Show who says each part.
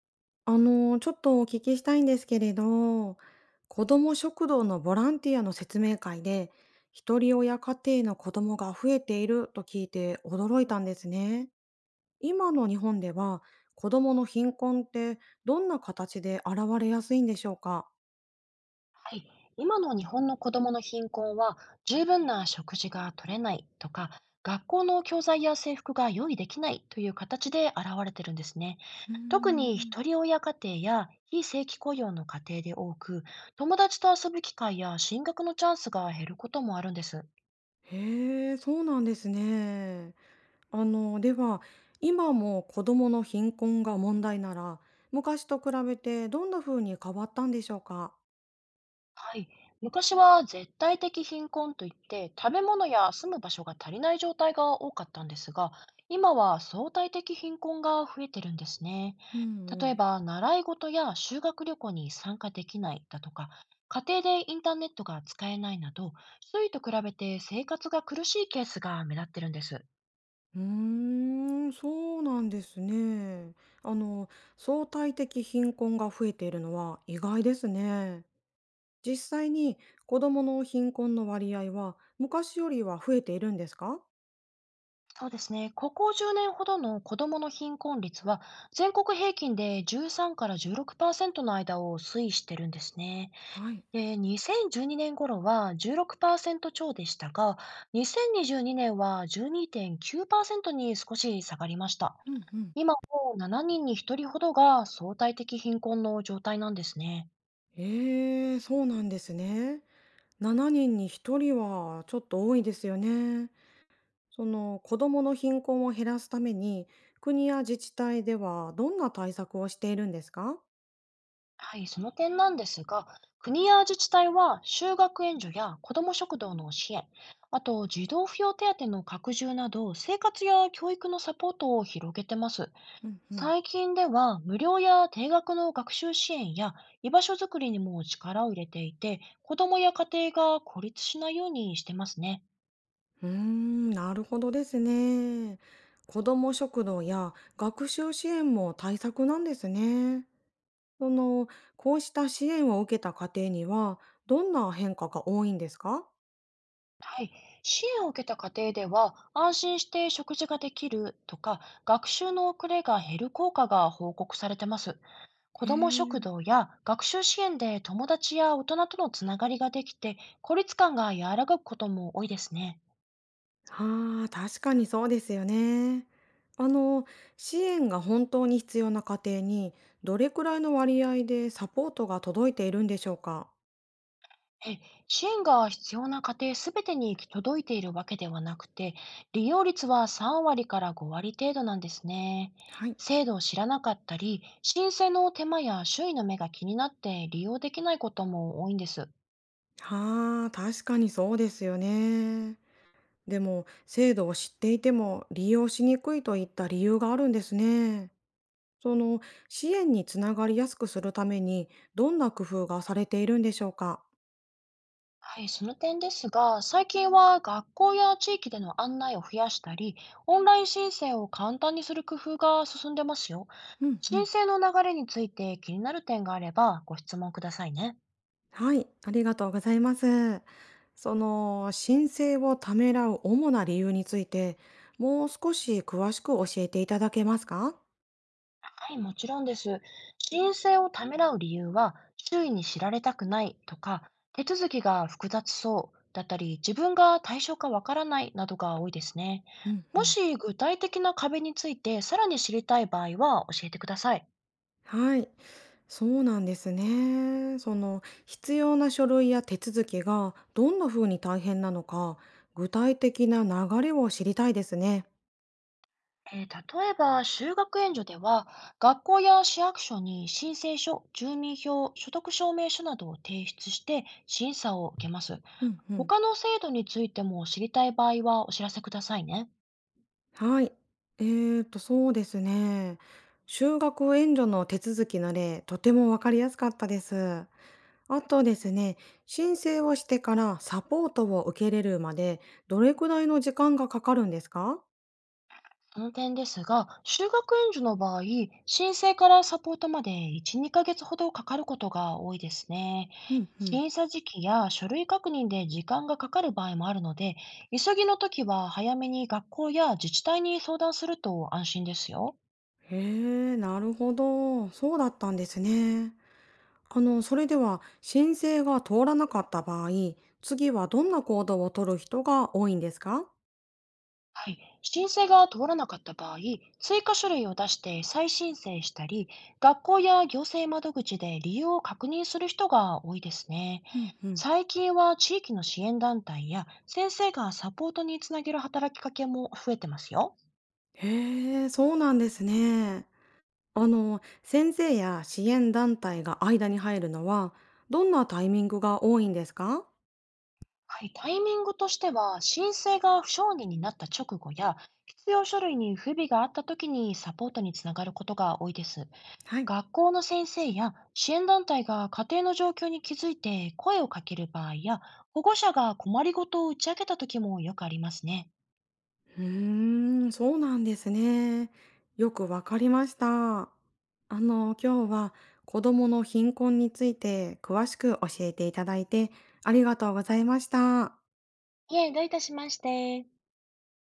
Speaker 1: ちょっとお聞きしたいんですけれど、子ども食堂のボランティアの説明会で、ひとり親家庭の子供が増えていると聞いて驚いたんですね。今の日本では、子供の貧困ってどんな形で現れやすいんでしょうか？
Speaker 2: はい、今の日本の子どもの貧困は、十分な食事が取れないとか、学校の教材や制服が用意できないという形で現れてるんですね。
Speaker 1: うー
Speaker 2: 特にひ
Speaker 1: ん。
Speaker 2: とり親家庭や非正規雇用の家庭で多く、友達と遊ぶ機会や進学のチャンスが減ることもあるんです。
Speaker 1: へえ、そうなんですね。あの、では、今も子供の貧困が問題なら、昔と比べてどんな風に変わったんでしょうか？
Speaker 2: はい。昔は絶対的貧困といって、食べ物や住む場所が足りない状態が多かったんですが、今は相対的貧困が増えてるんですね。
Speaker 1: う
Speaker 2: 例え
Speaker 1: ん。
Speaker 2: ば、習い事や修学旅行に参加できないだとか、家庭でインターネットが使えないなど、周囲と比べて生活が苦しいケースが目立ってるんです。
Speaker 1: うーん、そうなんですね。あの、相対的貧困が増えているのは意外ですね。実際に子供の貧困の割合は昔よりは増えているんですか？
Speaker 2: そうですね。ここ10年ほどの子どもの貧困率は、全国平均で13から16%の間を推移してるんですね。
Speaker 1: はい。
Speaker 2: で、2012年頃は16%超でしたが、2022年は12.9%にてんきゅうパーセントに少し下がりました。
Speaker 1: うんうん。
Speaker 2: 今も7人に1人ほどが相対的貧困の状態なんですね。
Speaker 1: ええ、そうなんですね。7人に1人はちょっと多いですよね。その子供の貧困を減らすために国や自治体ではどんな対策をしているんですか？
Speaker 2: はい、その点なんですが、国や自治体は就学援助や子ども食堂の支援、あと児童扶養手当の拡充など、生活や教育のサポートを広げてます。
Speaker 1: ううんうん。
Speaker 2: 最近では無料や定額の学習支援や居場所づくりにも力を入れていて、子どもや家庭が孤立しないようにしてますね。
Speaker 1: うーん、なるほどですね。子ども食堂や学習支援も対策なんですね。その、こうした支援を受けた家庭には、どんな変化が多いんですか？
Speaker 2: はい。支援を受けた家庭では、安心して食事ができるとか、学習の遅れが減る効果が報告されてます。子
Speaker 1: へ
Speaker 2: ども食
Speaker 1: え、
Speaker 2: 堂や学習支援で友達や大人とのつながりができて、孤立感が和らぐことも多いですね。
Speaker 1: ああ、確かにそうですよね。あの、支援が本当に必要な家庭に、どれくらいの割合でサポートが届いているんでしょうか？
Speaker 2: え、支援が必要な家庭すべてに行き届いているわけではなくて、利用率は3割から5割程度なんですね。
Speaker 1: はい。
Speaker 2: 制度を知らなかったり、申請の手間や周囲の目が気になって利用できないことも多いんです。
Speaker 1: ああ、確かにそうですよね。でも、制度を知っていても利用しにくいといった理由があるんですね。その、支援につながりやすくするために、どんな工夫がされているんでしょうか？
Speaker 2: はい、その点ですが、最近は学校や地域での案内を増やしたり、オンライン申請を簡単にする工夫が進んでますよ。
Speaker 1: うんう
Speaker 2: 申
Speaker 1: ん。
Speaker 2: 請の流れについて気になる点があればご質問くださいね。
Speaker 1: はい、ありがとうございます。その、申請をためらう主な理由について、もう少し詳しく教えていただけますか？
Speaker 2: はい、もちろんです。申請をためらう理由は、周囲に知られたくないとか、手続きが複雑そうだったり、自分が対象かわからないなどが多いですね。
Speaker 1: う
Speaker 2: も
Speaker 1: ん。
Speaker 2: し具体的な壁についてさらに知りたい場合は教えてください。
Speaker 1: はい、そうなんですね。その必要な書類や手続きがどんな風に大変なのか、具体的な流れを知りたいですね。
Speaker 2: 例えば、就学援助では、学校や市役所に申請書、住民票、所得証明書などを提出して審査を受けます。
Speaker 1: うんうん。
Speaker 2: 他の制度についても知りたい場合はお知らせくださいね。
Speaker 1: はい。そうですね。就学援助の手続きの例、とてもわかりやすかったです。あとですね、申請をしてからサポートを受けれるまで、どれくらいの時間がかかるんですか？
Speaker 2: その点ですが、修学援助の場合、申請からサポートまで1、2ヶ月ほどかかることが多いですね。
Speaker 1: うんうん。
Speaker 2: 審査時期や書類確認で時間がかかる場合もあるので、急ぎの時は早めに学校や自治体に相談すると安心ですよ。
Speaker 1: へえ、なるほど。そうだったんですね。あの、それでは申請が通らなかった場合、次はどんな行動をとる人が多いんですか？
Speaker 2: はい、申請が通らなかった場合、追加書類を出して再申請したり、学校や行政窓口で理由を確認する人が多いですね。
Speaker 1: うんうん、
Speaker 2: 最近は地域の支援団体や先生がサポートにつなげる働きかけも増えてますよ。
Speaker 1: へえ、そうなんですね。あの、先生や支援団体が間に入るのは、どんなタイミングが多いんですか？
Speaker 2: はい、タイミングとしては、申請が不承認になった直後や、必要書類に不備があった時にサポートにつながることが多いです。
Speaker 1: はい。
Speaker 2: 学校の先生や支援団体が家庭の状況に気づいて声をかける場合や、保護者が困りごとを打ち明けた時もよくありますね。
Speaker 1: うーん、そうなんですね。よくわかりました。あの、今日は子供の貧困について詳しく教えていただいてありがとうございました。
Speaker 2: いえ、どういたしまして。